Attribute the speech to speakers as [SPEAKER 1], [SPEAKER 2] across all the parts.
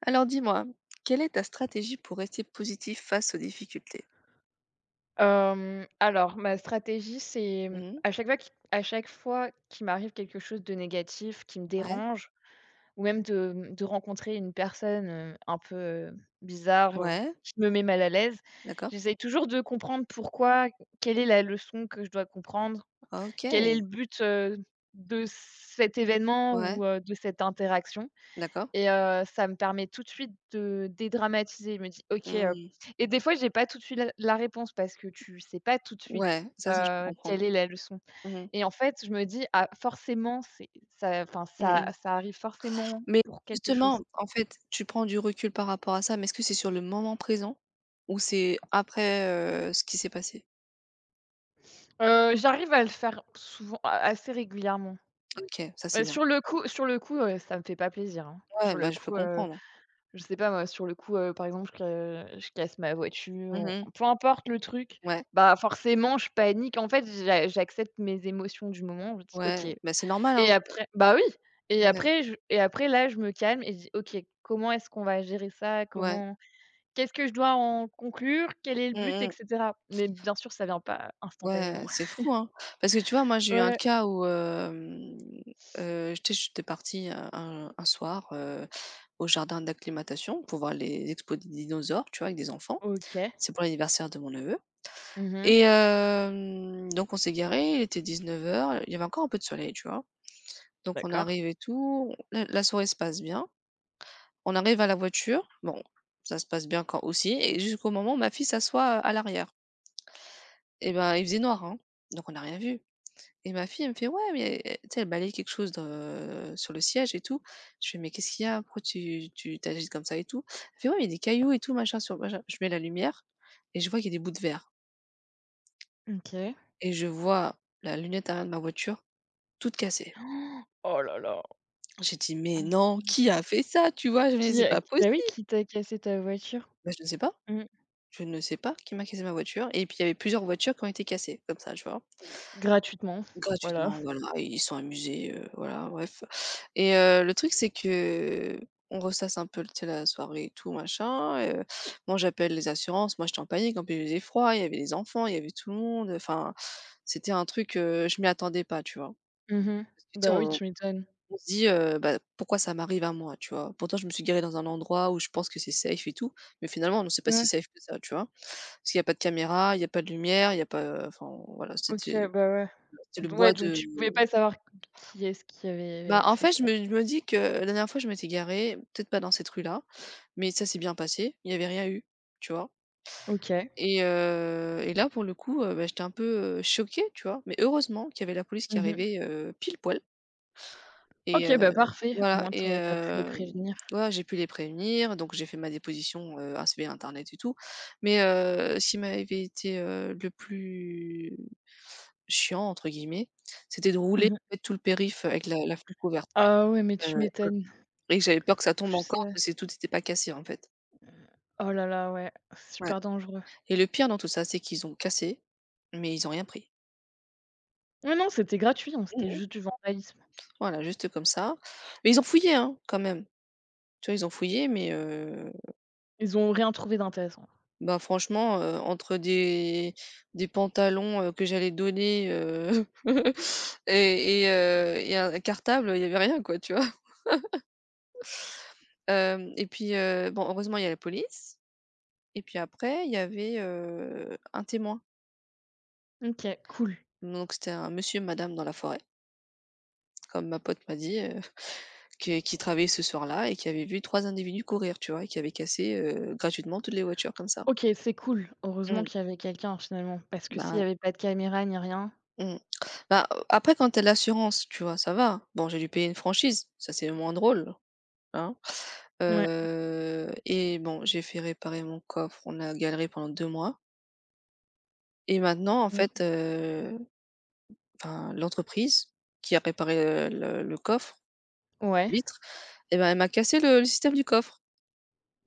[SPEAKER 1] Alors dis-moi, quelle est ta stratégie pour rester positif face aux difficultés?
[SPEAKER 2] Alors ma stratégie, c'est,
[SPEAKER 1] Mmh.
[SPEAKER 2] à chaque fois qu'il m'arrive quelque chose de négatif qui me
[SPEAKER 1] Ouais,
[SPEAKER 2] dérange ou même de, de rencontrer une personne, un peu, heu, bizarre,
[SPEAKER 1] ouais,
[SPEAKER 2] qui me met mal à l'aise,
[SPEAKER 1] d'accord.
[SPEAKER 2] j'essaye toujours de comprendre pourquoi, quelle est la leçon que je dois comprendre, quel est
[SPEAKER 1] OK,
[SPEAKER 2] le but, de cet événement
[SPEAKER 1] ouais,
[SPEAKER 2] ou de cette interaction
[SPEAKER 1] d'accord.
[SPEAKER 2] et ça me permet tout de suite de dédramatiser. Je me dis: «OK,»
[SPEAKER 1] Mmh.
[SPEAKER 2] et des fois, j'ai pas tout de suite la réponse parce que tu sais pas tout de suite,
[SPEAKER 1] Ouais, ça, je peux comprendre.
[SPEAKER 2] quelle est la leçon
[SPEAKER 1] Mmh mh.
[SPEAKER 2] et en fait, je me dis: «Ah forcément, c'est ça, enfin ça
[SPEAKER 1] Mmh.
[SPEAKER 2] ça arrive forcément
[SPEAKER 1] Mais
[SPEAKER 2] pour quelque
[SPEAKER 1] justement,
[SPEAKER 2] chose».
[SPEAKER 1] en fait, tu prends du recul par rapport à ça, mais est-ce que c'est sur le moment présent ou c'est après, ce qui s'est passé?
[SPEAKER 2] J'arrive à le faire souvent a assez régulièrement.
[SPEAKER 1] OK, ça, c'est bien.
[SPEAKER 2] Sur le coup, ça me fait pas plaisir, hein. Sur
[SPEAKER 1] Ouais, bah,
[SPEAKER 2] le
[SPEAKER 1] je peux
[SPEAKER 2] coup,
[SPEAKER 1] comprendre.
[SPEAKER 2] je sais pas moi, sur le coup, par exemple, que je casse ma voiture,
[SPEAKER 1] Mmh.
[SPEAKER 2] peu importe le truc,
[SPEAKER 1] Ouais,
[SPEAKER 2] bah, forcément je panique. En fait, j'accepte mes émotions du moment, je dis:
[SPEAKER 1] ouais,
[SPEAKER 2] «OK»
[SPEAKER 1] bah, c'est normal,
[SPEAKER 2] et
[SPEAKER 1] hein.
[SPEAKER 2] après bah, oui et
[SPEAKER 1] Ouais,
[SPEAKER 2] après je et après là, je me calme et je dis: «OK, comment est-ce qu'on va gérer ça?
[SPEAKER 1] ouais.
[SPEAKER 2] Comment qu'est-ce que je dois en conclure? Quel est le but?» et
[SPEAKER 1] Mmh mh.
[SPEAKER 2] cetera. Mais bien sûr, ça vient pas
[SPEAKER 1] Ouais,
[SPEAKER 2] instantanément.
[SPEAKER 1] c'est fou, hein. Parce que tu vois, moi, j'ai eu un
[SPEAKER 2] Ouais.
[SPEAKER 1] cas où, tu j'étais partie un soir, au jardin d'acclimatation pour voir les expos des dinosaures, tu vois, avec des enfants.
[SPEAKER 2] OK.
[SPEAKER 1] C'est pour l'anniversaire de mon neveu
[SPEAKER 2] Mmh.
[SPEAKER 1] et donc on s'est garé. Il était 19 heures. Il y avait encore un peu de soleil, tu vois? Donc on
[SPEAKER 2] D'accord.
[SPEAKER 1] arrive et tout, la soirée se passe bien. On arrive à la voiture, bon, ça se passe bien quand aussi et jusqu'au moment où ma fille s'assoit, à l'arrière et ben, il faisait noir, hein, donc on n'a rien vu. Et ma fille, elle me fait: «Ouais, mais» tu sais, elle balayait quelque chose dans, sur le siège et tout. Je fais: «Mais qu'est-ce qu'il y a? Pourquoi tu t'agites comme ça et tout?» Elle fait: «Ouais, il y a des cailloux et tout machin sur machin». Je mets la lumière et je vois qu'il y a des bouts de verre
[SPEAKER 2] OK.
[SPEAKER 1] et je vois la lunette arrière de ma voiture toute cassée.
[SPEAKER 2] Oh là là!
[SPEAKER 1] J'ai dit: «Mais non, qui a fait ça?» Tu vois? Je me dis: «C'est pas
[SPEAKER 2] Bah,
[SPEAKER 1] possible».
[SPEAKER 2] oui, qui t'a cassé ta voiture?
[SPEAKER 1] Bah, je ne sais pas,
[SPEAKER 2] Mmh.
[SPEAKER 1] je ne sais pas qui m'a cassé ma voiture et puis il y avait plusieurs voitures qui ont été cassées comme ça, tu vois?
[SPEAKER 2] Gratuitement, voilà.
[SPEAKER 1] Gratuitement, voilà, et ils sont amusés, voilà, bref et le truc, c'est que on ressasse un peu, tu sais, la soirée et tout machin, moi, j'appelle les assurances, moi, j'étais en panique, en plus, il faisait froid, il y avait les enfants, il y avait tout le monde, enfin, c'était un truc, je m'y attendais pas, tu vois?
[SPEAKER 2] Mmh mh.
[SPEAKER 1] Parce que, tu sais,
[SPEAKER 2] Bah, oui,
[SPEAKER 1] on
[SPEAKER 2] tu m'étonnes.
[SPEAKER 1] on se dit, «Bah, pourquoi ça m'arrive à moi?» Tu vois? Pourtant, je me suis garée dans un endroit où je pense que c'est safe et tout, mais finalement, on ne sait pas
[SPEAKER 2] Ouais,
[SPEAKER 1] si safe que ça, tu vois? Parce qu'il y a pas de caméra, il y a pas de lumière, il y a pas, enfin, voilà,
[SPEAKER 2] OK,
[SPEAKER 1] c'était
[SPEAKER 2] bah, ouais.
[SPEAKER 1] c'était le
[SPEAKER 2] D Ouais,
[SPEAKER 1] bois
[SPEAKER 2] donc
[SPEAKER 1] de.
[SPEAKER 2] tu pouvais pas savoir qui est-ce qui
[SPEAKER 1] Bah,
[SPEAKER 2] avait
[SPEAKER 1] en
[SPEAKER 2] fait
[SPEAKER 1] fait, je
[SPEAKER 2] ça.
[SPEAKER 1] me je me dis que la dernière fois, je m'étais garée, peut-être pas dans cette rue-là, mais ça s'est bien passé, il y avait rien eu, tu vois?
[SPEAKER 2] OK.
[SPEAKER 1] Et là, pour le coup, bah, j'étais un peu, choquée, tu vois? Mais heureusement qu'il y avait la police qui
[SPEAKER 2] Mmh mh.
[SPEAKER 1] arrivait, pile poil et
[SPEAKER 2] OK, bah, parfait, au
[SPEAKER 1] voilà
[SPEAKER 2] moins
[SPEAKER 1] et
[SPEAKER 2] tu as pu les prévenir.
[SPEAKER 1] voilà, j'ai pu les prévenir, donc j'ai fait ma déposition, ainsi via internet et tout. Mais ce qui m'avait été, le plus «chiant» entre guillemets, c'était de rouler,
[SPEAKER 2] Mmh mh.
[SPEAKER 1] en fait, tout le périph' avec la fenêtre ouverte.
[SPEAKER 2] Ah ouais, mais
[SPEAKER 1] Heu
[SPEAKER 2] tu m'étonnes.
[SPEAKER 1] Et j'avais peur que ça
[SPEAKER 2] En
[SPEAKER 1] tombe
[SPEAKER 2] plus,
[SPEAKER 1] encore parce que tout n'était pas cassé, en fait.
[SPEAKER 2] oh là là, ouais,
[SPEAKER 1] Ouais
[SPEAKER 2] super dangereux.
[SPEAKER 1] et le pire dans tout ça, c'est qu'ils ont cassé, mais ils ont rien pris.
[SPEAKER 2] Non, non, c'était gratuit, hein, c'était
[SPEAKER 1] Mmh.
[SPEAKER 2] juste du vandalisme.
[SPEAKER 1] Voilà, juste comme ça. Mais ils ont fouillé, hein, quand même. Tu vois, ils ont fouillé, mais
[SPEAKER 2] Ils ont rien trouvé d'intéressant.
[SPEAKER 1] bah, franchement, entre des pantalons, que j'allais donner, et un cartable, il y avait rien, quoi, tu vois? Et puis, bon, heureusement, il y a la police et puis après, il y avait, un témoin.
[SPEAKER 2] OK, cool.
[SPEAKER 1] Donc c'était un monsieur et madame dans la forêt. Comme ma pote m'a dit, que qu'il travaillait ce soir-là et qu'il avait vu 3 individus courir, tu vois? Et qui avaient cassé, gratuitement toutes les voitures comme ça.
[SPEAKER 2] OK, c'est cool. Heureusement
[SPEAKER 1] Mmh.
[SPEAKER 2] qu'il y avait quelqu'un finalement, parce que s'il y
[SPEAKER 1] Bah,
[SPEAKER 2] avait pas de caméra ni rien.
[SPEAKER 1] mmh. Bah, après quand tu l'assurance, tu vois, ça va. Bon, j'ai dû payer une franchise, ça c'est moins drôle, hein?
[SPEAKER 2] Ouais,
[SPEAKER 1] Et bon, j'ai fait réparer mon coffre, on a galéré pendant 2 mois et maintenant en fait,
[SPEAKER 2] ouais.
[SPEAKER 1] enfin l'entreprise qui a réparé, le coffre,
[SPEAKER 2] Ouais.
[SPEAKER 1] vitre et ben, elle m'a cassé le système du coffre.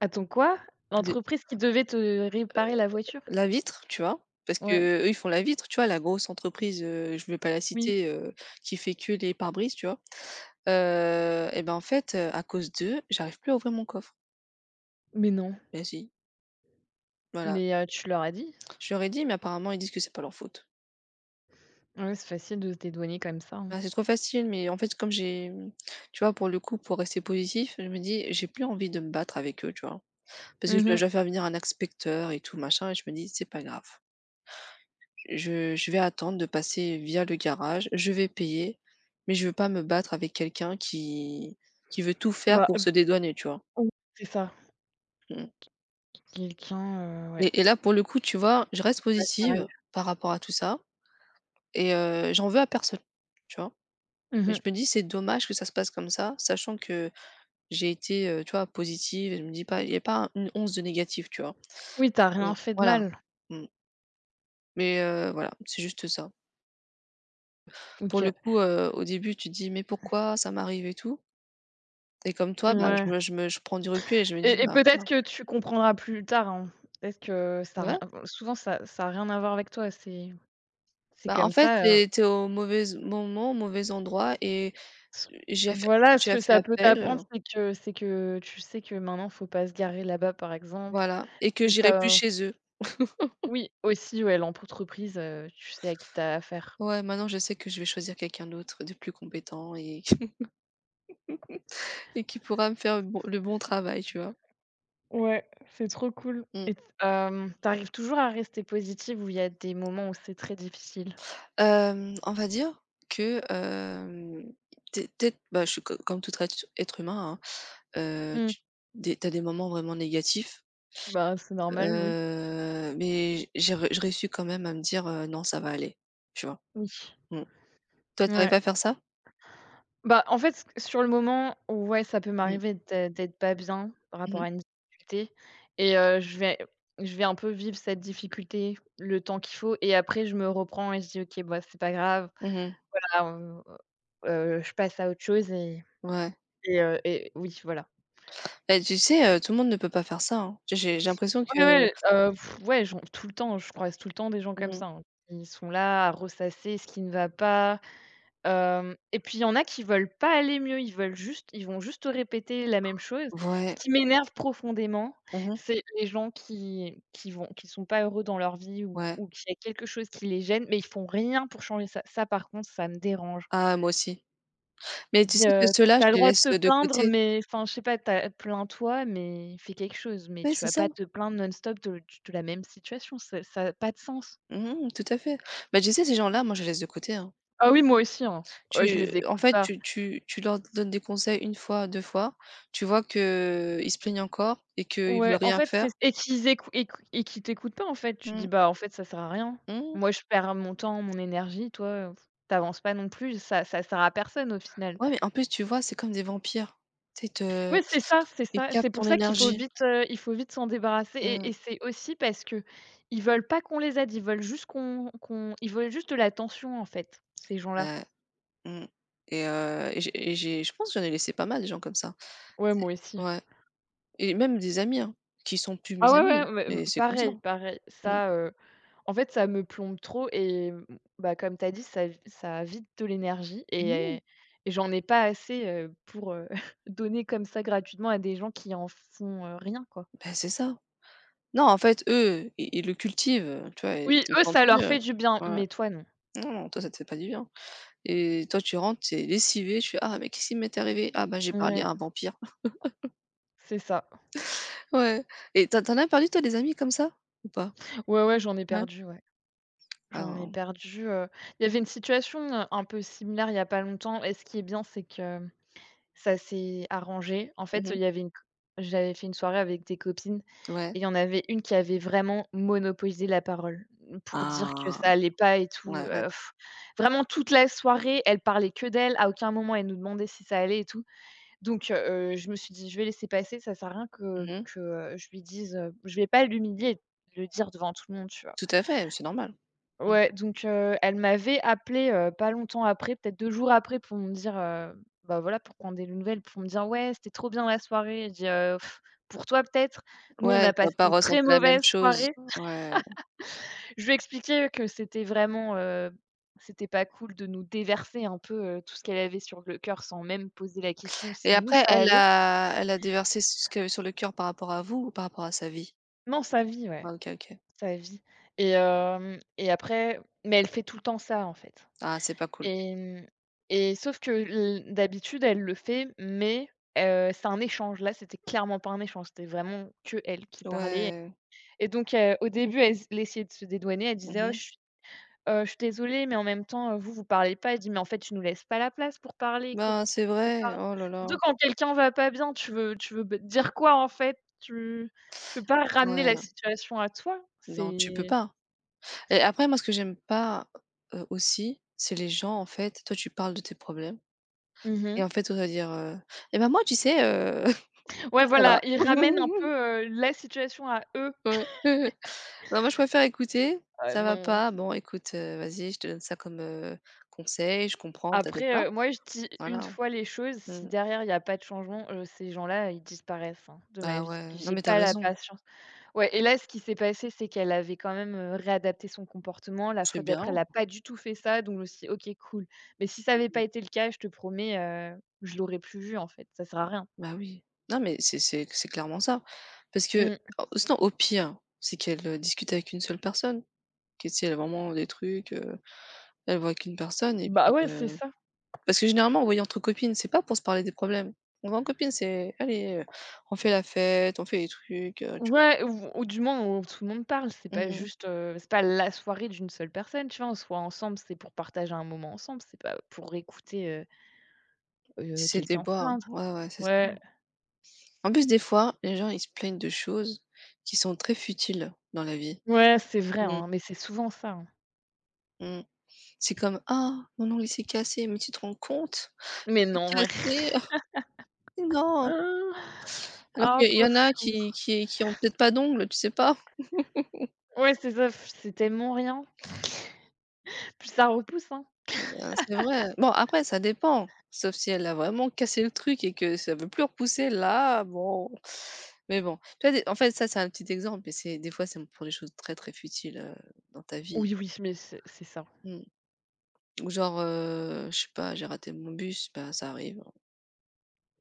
[SPEAKER 2] Attends quoi? L'entreprise qui devait te réparer la voiture?
[SPEAKER 1] La vitre, tu vois? Parce que
[SPEAKER 2] Ouais,
[SPEAKER 1] eux ils font la vitre, tu vois? La grosse entreprise, je vais pas la
[SPEAKER 2] oui,
[SPEAKER 1] citer, qui fait que les pare-brises, tu vois? Et ben, en fait, à cause d'eux, j'arrive plus à ouvrir mon coffre.
[SPEAKER 2] mais non,
[SPEAKER 1] Bah, si, voilà.
[SPEAKER 2] mais tu leur as dit ça?
[SPEAKER 1] Je leur ai dit, mais apparemment, ils disent que c'est pas leur faute.
[SPEAKER 2] Ouais, c'est facile de se dédouaner comme ça, hein.
[SPEAKER 1] Bah, c'est trop facile, mais en fait, comme j'ai, tu vois, pour le coup, pour rester positif, je me dis: «J'ai plus envie de me battre avec eux», tu vois? Parce que je
[SPEAKER 2] Mmh
[SPEAKER 1] dois
[SPEAKER 2] mh.
[SPEAKER 1] je dois faire venir un inspecteur et tout machin et je me dis: «C'est pas grave». Je vais attendre de passer via le garage, je vais payer, mais je veux pas me battre avec quelqu'un qui veut tout faire
[SPEAKER 2] Bah,
[SPEAKER 1] pour se dédouaner, tu vois?
[SPEAKER 2] oui, c'est ça.
[SPEAKER 1] Mmh
[SPEAKER 2] Quelqu'un, ouais.
[SPEAKER 1] et là, pour le coup, tu vois, je reste
[SPEAKER 2] Bah, ça arrive.
[SPEAKER 1] positive par rapport à tout ça et j'en veux à personne, tu vois? Mais je
[SPEAKER 2] Mmh.
[SPEAKER 1] me dis: «C'est dommage que ça se passe comme ça», sachant que j'ai été, tu vois, positive et je me dis pas il y a pas une once de négatif, tu vois?
[SPEAKER 2] Oui, t'as
[SPEAKER 1] Heu,
[SPEAKER 2] rien fait de
[SPEAKER 1] voilà,
[SPEAKER 2] mal.
[SPEAKER 1] mmh, mais voilà, c'est juste ça. Pour
[SPEAKER 2] OK.
[SPEAKER 1] le coup, au début, tu te dis: «Mais pourquoi ça m'arrive et tout?» Et comme toi, bah,
[SPEAKER 2] Ouais,
[SPEAKER 1] je prends du recul et je me dis:
[SPEAKER 2] et
[SPEAKER 1] «Bah,
[SPEAKER 2] peut-être
[SPEAKER 1] voilà».
[SPEAKER 2] que tu comprendras plus tard, hein. Peut-être que ça a rien,
[SPEAKER 1] Ouais,
[SPEAKER 2] enfin, souvent ça a rien à voir avec toi, c'est
[SPEAKER 1] bah, en
[SPEAKER 2] comme
[SPEAKER 1] fait, tu
[SPEAKER 2] ça,
[SPEAKER 1] es tu es au mauvais moment, au mauvais endroit et
[SPEAKER 2] s
[SPEAKER 1] j'ai fait
[SPEAKER 2] voilà, ce
[SPEAKER 1] tu as
[SPEAKER 2] que
[SPEAKER 1] fait
[SPEAKER 2] ça peut
[SPEAKER 1] appel,
[SPEAKER 2] t'apprendre, c'est que tu sais que maintenant faut pas se garer là-bas, par exemple.
[SPEAKER 1] voilà et que
[SPEAKER 2] Que
[SPEAKER 1] j'irai
[SPEAKER 2] ça
[SPEAKER 1] plus chez eux.
[SPEAKER 2] Oui, aussi, ouais, l'entreprise, tu sais à qui tu as affaire.
[SPEAKER 1] Ouais, maintenant je sais que je vais choisir quelqu'un d'autre de plus compétent et et qui pourra me faire le bon travail, tu vois?
[SPEAKER 2] Ouais, c'est trop cool.
[SPEAKER 1] Mmh.
[SPEAKER 2] Et t tu arrives toujours à rester positive ou il y a des moments où c'est très difficile?
[SPEAKER 1] On va dire que, tu es bah, je suis co comme tout être humain, hein, heu,
[SPEAKER 2] Mmh.
[SPEAKER 1] tu tu as des moments vraiment négatifs.
[SPEAKER 2] Bah, c'est normal, oui.
[SPEAKER 1] Mais j'ai réussi quand même à me dire: «Non, ça va aller», tu vois?
[SPEAKER 2] Oui,
[SPEAKER 1] Mmh. Toi, tu
[SPEAKER 2] ouais.
[SPEAKER 1] arrives à faire ça?
[SPEAKER 2] Bah, en fait, s sur le moment, ouais, ça peut
[SPEAKER 1] Mmh.
[SPEAKER 2] m'arriver d'être pas bien par
[SPEAKER 1] Mmh
[SPEAKER 2] rapport
[SPEAKER 1] mh.
[SPEAKER 2] à une difficulté et je vais un peu vivre cette difficulté le temps qu'il faut et après je me reprends et je dis: «OK, bah, c'est pas grave».
[SPEAKER 1] Mmh mh.
[SPEAKER 2] Voilà, je passe à autre chose. Et
[SPEAKER 1] Ouais.
[SPEAKER 2] Et oui, voilà.
[SPEAKER 1] Bah, tu sais, tout le monde ne peut pas faire ça, hein. Tu sais, j'ai l'impression
[SPEAKER 2] Ouais,
[SPEAKER 1] que
[SPEAKER 2] ouais, ouais, j'en tout le temps, je croise tout le temps des gens comme
[SPEAKER 1] mmh,
[SPEAKER 2] ça, hein. Ils sont là à ressasser ce qui ne va pas, hem, et puis il y en a qui veulent pas aller mieux, ils vont juste te répéter la même chose. Ce
[SPEAKER 1] ouais.
[SPEAKER 2] qui m'énerve profondément,
[SPEAKER 1] Mmh mh.
[SPEAKER 2] c'est les gens qui vont qui sont pas heureux dans leur vie ou
[SPEAKER 1] Ouais.
[SPEAKER 2] qu'il y a quelque chose qui les gêne, mais ils font rien pour changer ça. Ça, par contre, ça me dérange.
[SPEAKER 1] Ah, moi aussi. Mais tu
[SPEAKER 2] Dis,
[SPEAKER 1] sais que ceux-là,
[SPEAKER 2] «Tu as le
[SPEAKER 1] je les
[SPEAKER 2] droit de
[SPEAKER 1] laisse,
[SPEAKER 2] te
[SPEAKER 1] de
[SPEAKER 2] plaindre,
[SPEAKER 1] côté.
[SPEAKER 2] mais enfin, je sais pas, tu as plains-toi, mais fais quelque chose. Mais
[SPEAKER 1] Ouais,
[SPEAKER 2] tu
[SPEAKER 1] c'est
[SPEAKER 2] vas
[SPEAKER 1] ça.
[SPEAKER 2] pas te plaindre non-stop de la même situation, ça a pas de sens».
[SPEAKER 1] Mmh mh, tout à fait. Bah, tu sais, ces gens-là, moi, je les laisse de côté, hein.
[SPEAKER 2] Ah oui, moi aussi, hein. Ouais, je
[SPEAKER 1] Tu
[SPEAKER 2] les
[SPEAKER 1] en
[SPEAKER 2] écoute
[SPEAKER 1] fait,
[SPEAKER 2] pas.
[SPEAKER 1] tu tu tu leur donnes des conseils une fois, 2 fois, tu vois qu'ils se plaignent encore et qu'ils veulent
[SPEAKER 2] Ouais, en
[SPEAKER 1] rien
[SPEAKER 2] fait,
[SPEAKER 1] faire.
[SPEAKER 2] c'est et qu'ils t'écoutent pas, en fait. Tu te dis:
[SPEAKER 1] Mmh.
[SPEAKER 2] «Bah, en fait, ça sert à rien.
[SPEAKER 1] Mmh.
[SPEAKER 2] Moi, je perds mon temps, mon énergie. Toi, tu avances pas non plus. Ça sert à personne, au final».
[SPEAKER 1] Ouais, mais en plus, tu vois, c'est comme des vampires. Tu sais,
[SPEAKER 2] Oui, c'est ça, c'est
[SPEAKER 1] ils
[SPEAKER 2] ça. C'est
[SPEAKER 1] captent
[SPEAKER 2] pour
[SPEAKER 1] ton
[SPEAKER 2] ça qu'il faut
[SPEAKER 1] énergie.
[SPEAKER 2] vite, il faut vite s'en débarrasser,
[SPEAKER 1] Mmh.
[SPEAKER 2] et c'est aussi parce que ils veulent pas qu'on les aide, ils veulent juste de l'attention, en fait, ces gens-là.
[SPEAKER 1] Ouais, mmh et j'ai je pense que j'en ai laissé pas mal des gens comme ça.
[SPEAKER 2] Ouais,
[SPEAKER 1] C'est
[SPEAKER 2] moi aussi.
[SPEAKER 1] ouais et même des amis, hein, qui sont plus
[SPEAKER 2] Ah
[SPEAKER 1] mes
[SPEAKER 2] ouais,
[SPEAKER 1] amis,
[SPEAKER 2] ouais, mais m
[SPEAKER 1] mais c'est comme ça.
[SPEAKER 2] pareil, pareil.
[SPEAKER 1] Mmh.
[SPEAKER 2] Ça, en fait, ça me plombe trop et bah, comme tu as dit, ça vide de l'énergie
[SPEAKER 1] Mmh,
[SPEAKER 2] et j'en ai pas assez, pour, donner comme ça gratuitement à des gens qui en font, rien, quoi.
[SPEAKER 1] bah, c'est ça. Non, en fait, eux, ils le cultivent, tu vois? Ils
[SPEAKER 2] Oui,
[SPEAKER 1] se
[SPEAKER 2] eux,
[SPEAKER 1] sentent
[SPEAKER 2] ça leur
[SPEAKER 1] mieux.
[SPEAKER 2] fait du bien,
[SPEAKER 1] Ouais.
[SPEAKER 2] mais toi, non.
[SPEAKER 1] Non, non, toi, ça te fait pas du bien et toi, tu rentres, tu es lessivé, tu fais: «Ah, mais qu'est-ce qui m'est arrivé? Ah, bah, j'ai parlé
[SPEAKER 2] Ouais,
[SPEAKER 1] à un vampire».
[SPEAKER 2] c'est ça.
[SPEAKER 1] Ouais et t'en en as perdu, toi, des amis comme ça ou pas?
[SPEAKER 2] Ouais, ouais, j'en ai
[SPEAKER 1] Ouais?
[SPEAKER 2] perdu, ouais. J'en ai
[SPEAKER 1] Ah.
[SPEAKER 2] perdu, il y avait une situation, un peu similaire il y a pas longtemps et ce qui est bien, c'est que ça s'est arrangé. En
[SPEAKER 1] Mmh
[SPEAKER 2] fait, il
[SPEAKER 1] mh.
[SPEAKER 2] y avait une co j'avais fait une soirée avec des copines et
[SPEAKER 1] Ouais.
[SPEAKER 2] il y en avait une qui avait vraiment monopolisé la parole, pour dire que
[SPEAKER 1] Ah,
[SPEAKER 2] ça allait pas et tout,
[SPEAKER 1] ouais. Ouais.
[SPEAKER 2] vraiment toute la soirée, elle parlait que d'elle, à aucun moment elle nous demandait si ça allait et tout. Donc je me suis dit: «Je vais laisser passer, ça sert à rien que
[SPEAKER 1] Mmh mh.
[SPEAKER 2] que, heu, je lui dise, je vais pas l'humilier, le dire devant tout le monde», tu vois?
[SPEAKER 1] Tout à fait, c'est normal. Mmh.
[SPEAKER 2] Ouais, donc elle m'avait appelé pas longtemps après, peut-être 2 jours après pour me dire, bah, voilà, pour prendre des nouvelles, pour me dire: «Ouais, c'était trop bien la soirée». Je dis: pour toi peut-être? Nous, on
[SPEAKER 1] Ouais,
[SPEAKER 2] a
[SPEAKER 1] tu as
[SPEAKER 2] passé
[SPEAKER 1] pas
[SPEAKER 2] une très
[SPEAKER 1] ressenti la même
[SPEAKER 2] mauvaise
[SPEAKER 1] chose.
[SPEAKER 2] soirée».
[SPEAKER 1] Ouais
[SPEAKER 2] Je lui ai expliqué que c'était vraiment, c'était pas cool de nous déverser un peu, tout ce qu'elle avait sur le cœur sans même poser la question
[SPEAKER 1] et
[SPEAKER 2] si nous,
[SPEAKER 1] après
[SPEAKER 2] ça allait.
[SPEAKER 1] elle a déversé ce qu'elle avait sur le cœur par rapport à vous ou par rapport à sa vie?
[SPEAKER 2] Non, sa vie, ouais,
[SPEAKER 1] Ah OK, OK.
[SPEAKER 2] sa vie et hem, et après, mais elle fait tout le temps ça, en fait.
[SPEAKER 1] Ah, c'est pas cool.
[SPEAKER 2] Et et sauf que l d'habitude, elle le fait, mais c'est un échange. Là, c'était clairement pas un échange, c'était vraiment que elle qui parlait
[SPEAKER 1] Ouais.
[SPEAKER 2] et donc au début, elle essayait de se dédouaner. Elle disait: «Oh,
[SPEAKER 1] Mmh mh.
[SPEAKER 2] je suis désolée, mais en même temps, vous, vous parlez pas». Elle dit: «Mais en fait, tu nous laisses pas la place pour parler. Comment
[SPEAKER 1] Ben,
[SPEAKER 2] tu
[SPEAKER 1] c'est
[SPEAKER 2] parles?
[SPEAKER 1] vrai. Oh là là.
[SPEAKER 2] Surtout quand quelqu'un va pas bien, tu veux b dire quoi, en fait? Tu peux pas ramener la
[SPEAKER 1] Ouais.
[SPEAKER 2] situation à toi».
[SPEAKER 1] Non, tu peux
[SPEAKER 2] C'est
[SPEAKER 1] pas et après moi, ce que j'aime pas, aussi, c'est les gens, en fait toi, tu parles de tes problèmes
[SPEAKER 2] mmh
[SPEAKER 1] et
[SPEAKER 2] mh.
[SPEAKER 1] en fait, on va dire: «Et ben, moi, tu sais,
[SPEAKER 2] Ouais,
[SPEAKER 1] ça va».
[SPEAKER 2] voilà, ils ramènent un peu, la situation à eux.
[SPEAKER 1] Ouais. Non, moi, je préfère écouter. Ça va
[SPEAKER 2] Non.
[SPEAKER 1] pas, bon, écoute, vas-y, je te donne ça comme, conseil, je comprends, tatata.
[SPEAKER 2] Après, moi je dis une
[SPEAKER 1] Voilà.
[SPEAKER 2] fois les choses, si
[SPEAKER 1] Mmh.
[SPEAKER 2] derrière il y a pas de changement, ces gens-là, ils disparaissent, hein, de ma
[SPEAKER 1] Bah,
[SPEAKER 2] vie.
[SPEAKER 1] ouais. Non,
[SPEAKER 2] J'ai
[SPEAKER 1] mais t'as
[SPEAKER 2] pas la
[SPEAKER 1] raison.
[SPEAKER 2] patience. Ouais, et là, ce qui s'est passé, c'est qu'elle avait quand même, réadapté son comportement. La
[SPEAKER 1] C'est
[SPEAKER 2] fois d'après,
[SPEAKER 1] bien.
[SPEAKER 2] elle a pas du tout fait ça, donc je me suis dit: «OK, cool». Mais si ça avait pas
[SPEAKER 1] Mmh.
[SPEAKER 2] été le cas, je te promets, je l'aurais plus vu, en fait, ça sert à rien.
[SPEAKER 1] Bah, oui. Non, mais c'est clairement ça. Parce que
[SPEAKER 2] Mmh.
[SPEAKER 1] au sinon, au pire, c'est qu'elle, discute avec une seule personne, que si elle a vraiment des trucs, elle voit qu'une personne et
[SPEAKER 2] Bah,
[SPEAKER 1] puis,
[SPEAKER 2] ouais, c'est ça.
[SPEAKER 1] parce que généralement, en voyant entre copines, c'est pas pour se parler des problèmes. On va en copine, c'est: «Allez, on fait la fête, on fait des trucs», tu vois?
[SPEAKER 2] Ouais, ou du moins où tout le monde parle, c'est
[SPEAKER 1] Mmh
[SPEAKER 2] pas
[SPEAKER 1] mmh.
[SPEAKER 2] juste, c'est pas la soirée d'une seule personne, tu vois? On soit ensemble, c'est pour partager un moment ensemble, c'est pas pour écouter,
[SPEAKER 1] C'est des
[SPEAKER 2] quelqu'un se
[SPEAKER 1] déboires.
[SPEAKER 2] plaindre.
[SPEAKER 1] Ouais, ouais, c'est ça.
[SPEAKER 2] Ouais,
[SPEAKER 1] En plus, des fois, les gens, ils se plaignent de choses qui sont très futiles dans la vie.
[SPEAKER 2] ouais, c'est vrai,
[SPEAKER 1] Mmh.
[SPEAKER 2] hein, mais c'est souvent ça, hein.
[SPEAKER 1] Mmh. C'est comme: «Ah, mon ongle il s'est cassé, mais tu te rends compte? Il
[SPEAKER 2] Mais
[SPEAKER 1] s'est
[SPEAKER 2] non, ouais.
[SPEAKER 1] cassé, non!» Alors
[SPEAKER 2] Ah,
[SPEAKER 1] qu'il y
[SPEAKER 2] pauvre
[SPEAKER 1] en a
[SPEAKER 2] chou.
[SPEAKER 1] qui qui ont peut-être pas d'ongle, tu sais pas?
[SPEAKER 2] Ouais, c'est ça, c'est tellement rien. Puis ça repousse, hein.
[SPEAKER 1] Ben, c'est vrai. Bon, après ça dépend, sauf si elle a vraiment cassé le truc et que ça veut plus repousser, là, bon. Mais bon, tu vois, des en fait, ça, c'est un petit exemple, mais c'est des fois, c'est pour des choses très, très futiles, dans ta vie.
[SPEAKER 2] Oui, oui, mais c'est ça.
[SPEAKER 1] Mmh. Ou genre, je sais pas, j'ai raté mon bus, bah, ça arrive, hein,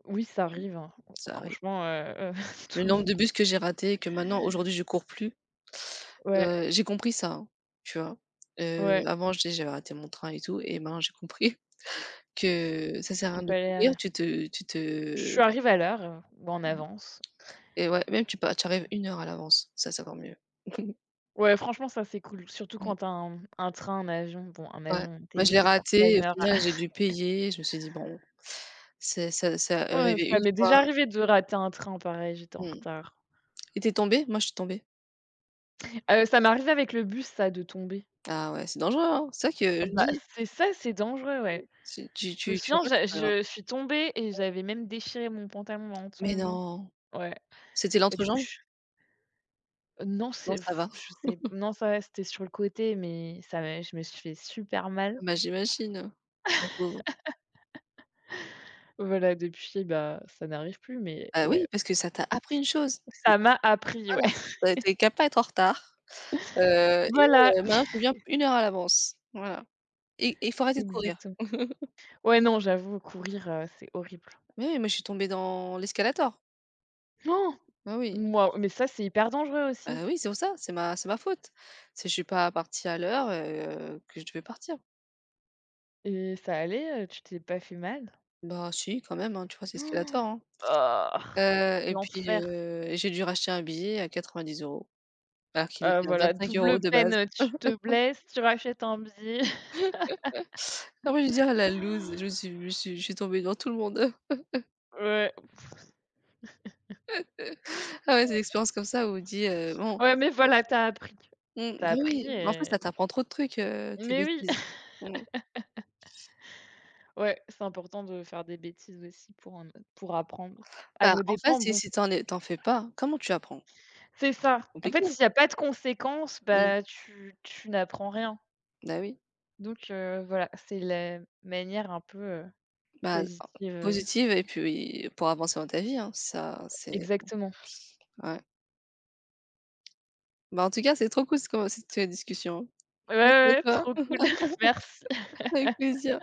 [SPEAKER 2] Oui, ça arrive, hein.
[SPEAKER 1] ça arrive.
[SPEAKER 2] Franchement,
[SPEAKER 1] Le
[SPEAKER 2] tout le
[SPEAKER 1] nombre de
[SPEAKER 2] monde.
[SPEAKER 1] bus que j'ai raté et que maintenant aujourd'hui je cours plus,
[SPEAKER 2] Ouais,
[SPEAKER 1] j'ai compris ça, hein, tu vois? Heu,
[SPEAKER 2] ouais,
[SPEAKER 1] avant je dis: «J'avais raté mon train et tout» et maintenant j'ai compris que ça sert à
[SPEAKER 2] tu
[SPEAKER 1] rien
[SPEAKER 2] peux
[SPEAKER 1] de
[SPEAKER 2] aller
[SPEAKER 1] courir,
[SPEAKER 2] allée
[SPEAKER 1] tu te
[SPEAKER 2] je arrive à l'heure, ou en avance.
[SPEAKER 1] et ouais, même tu pas tu arrives une heure à l'avance, ça c'est encore mieux.
[SPEAKER 2] Ouais, franchement, ça, c'est cool, surtout
[SPEAKER 1] Mmh,
[SPEAKER 2] quand tu as un train, un avion. Bon, un
[SPEAKER 1] ouais.
[SPEAKER 2] avion, tu
[SPEAKER 1] Moi je
[SPEAKER 2] évites
[SPEAKER 1] l'ai
[SPEAKER 2] de faire ça à
[SPEAKER 1] raté et
[SPEAKER 2] une
[SPEAKER 1] au
[SPEAKER 2] heure.
[SPEAKER 1] final j'ai dû payer, je me suis dit: «Bon, c'est ça ça est
[SPEAKER 2] Ouais,
[SPEAKER 1] arrivé
[SPEAKER 2] ça
[SPEAKER 1] une
[SPEAKER 2] m'est
[SPEAKER 1] fois».
[SPEAKER 2] déjà arrivé de rater un train pareil, j'étais en
[SPEAKER 1] Mmh.
[SPEAKER 2] retard.
[SPEAKER 1] Et tu es Moi je suis tombée.
[SPEAKER 2] Ça m'est arrivé avec le bus ça, de tomber.
[SPEAKER 1] Ah ouais, c'est dangereux, hein. C'est ça que je me
[SPEAKER 2] Bah,
[SPEAKER 1] dis,
[SPEAKER 2] c'est ça, c'est dangereux, ouais.
[SPEAKER 1] si tu
[SPEAKER 2] Je me
[SPEAKER 1] tu tu
[SPEAKER 2] souviens,
[SPEAKER 1] rates,
[SPEAKER 2] j'a
[SPEAKER 1] c'est pas grave.
[SPEAKER 2] je suis tombée et j'avais même déchiré mon pantalon en
[SPEAKER 1] Mais
[SPEAKER 2] tombant.
[SPEAKER 1] non!
[SPEAKER 2] Ouais.
[SPEAKER 1] C'était
[SPEAKER 2] Bah, du coup,
[SPEAKER 1] l'entrejambe?
[SPEAKER 2] je non,
[SPEAKER 1] Non,
[SPEAKER 2] c'est
[SPEAKER 1] ça va.
[SPEAKER 2] je sais non, ça va, c'était sur le côté, mais ça m'a je me suis fait super
[SPEAKER 1] Ah
[SPEAKER 2] mal.
[SPEAKER 1] bah, j'imagine, le pauvre.
[SPEAKER 2] Voilà, depuis, bah, ça n'arrive plus, mais
[SPEAKER 1] Bah,
[SPEAKER 2] ouais,
[SPEAKER 1] oui, parce que ça t'a appris une chose, c'est
[SPEAKER 2] ça
[SPEAKER 1] que
[SPEAKER 2] m'a appris, ouais.
[SPEAKER 1] voilà, tu étais capable pas être en retard, heu
[SPEAKER 2] Voilà,
[SPEAKER 1] et maintenant je viens une heure à l'avance. Voilà et il faut arrêter de courir.
[SPEAKER 2] exactement. Ouais, non, j'avoue, courir, c'est horrible.
[SPEAKER 1] Mais oui, moi je suis tombée dans l'escalator.
[SPEAKER 2] Non!
[SPEAKER 1] Ah oui.
[SPEAKER 2] Moi, mais ça, c'est hyper dangereux aussi.
[SPEAKER 1] Ah oui, c'est pour ça, c'est ma faute. C'est que je suis pas partie à l'heure, que je devais partir.
[SPEAKER 2] Et ça allait, tu t'es pas fait mal?
[SPEAKER 1] Bah si, quand même, hein, tu vois? C'est l'escalator,
[SPEAKER 2] Oh!
[SPEAKER 1] hein.
[SPEAKER 2] Ah!
[SPEAKER 1] Heu et puis,
[SPEAKER 2] L'enfer.
[SPEAKER 1] j'ai dû racheter un billet à 90 euros alors qu'il était à
[SPEAKER 2] Voilà,
[SPEAKER 1] 25 euros
[SPEAKER 2] double
[SPEAKER 1] de
[SPEAKER 2] peine,
[SPEAKER 1] base.
[SPEAKER 2] tu te blesses, tu rachètes un billet.
[SPEAKER 1] Ah oui, je veux dire la loose, je me suis je suis je suis tombée devant tout le monde.
[SPEAKER 2] Ouais,
[SPEAKER 1] Ah ouais, des expériences comme ça où on dit, bon
[SPEAKER 2] ouais, mais voilà, tu as appris. Tu
[SPEAKER 1] mmh,
[SPEAKER 2] as
[SPEAKER 1] bah
[SPEAKER 2] appris
[SPEAKER 1] oui, mais en fait, ça
[SPEAKER 2] et
[SPEAKER 1] t'apprend trop de trucs, tes
[SPEAKER 2] mais oui,
[SPEAKER 1] bêtises. Mmh.
[SPEAKER 2] ouais, c'est important de faire des bêtises aussi pour apprendre. À
[SPEAKER 1] Bah,
[SPEAKER 2] nos
[SPEAKER 1] en fait,
[SPEAKER 2] dépens,
[SPEAKER 1] si
[SPEAKER 2] bon,
[SPEAKER 1] si tu en fais pas, comment tu apprends?
[SPEAKER 2] c'est ça. En fait,
[SPEAKER 1] Compliqué.
[SPEAKER 2] s'il y a pas de conséquences,
[SPEAKER 1] Mmh.
[SPEAKER 2] bah, tu n'apprends rien.
[SPEAKER 1] Bah oui.
[SPEAKER 2] Donc voilà, c'est la manière un peu,
[SPEAKER 1] Bah,
[SPEAKER 2] positive,
[SPEAKER 1] positive et puis pour avancer dans ta vie, hein, ça c'est
[SPEAKER 2] exactement.
[SPEAKER 1] ouais. Bah, en tout cas, c'est trop cool ce qu'on cette discussion.
[SPEAKER 2] Ouais,
[SPEAKER 1] Merci
[SPEAKER 2] ouais,
[SPEAKER 1] à
[SPEAKER 2] trop
[SPEAKER 1] toi,
[SPEAKER 2] cool. Merci.
[SPEAKER 1] avec plaisir.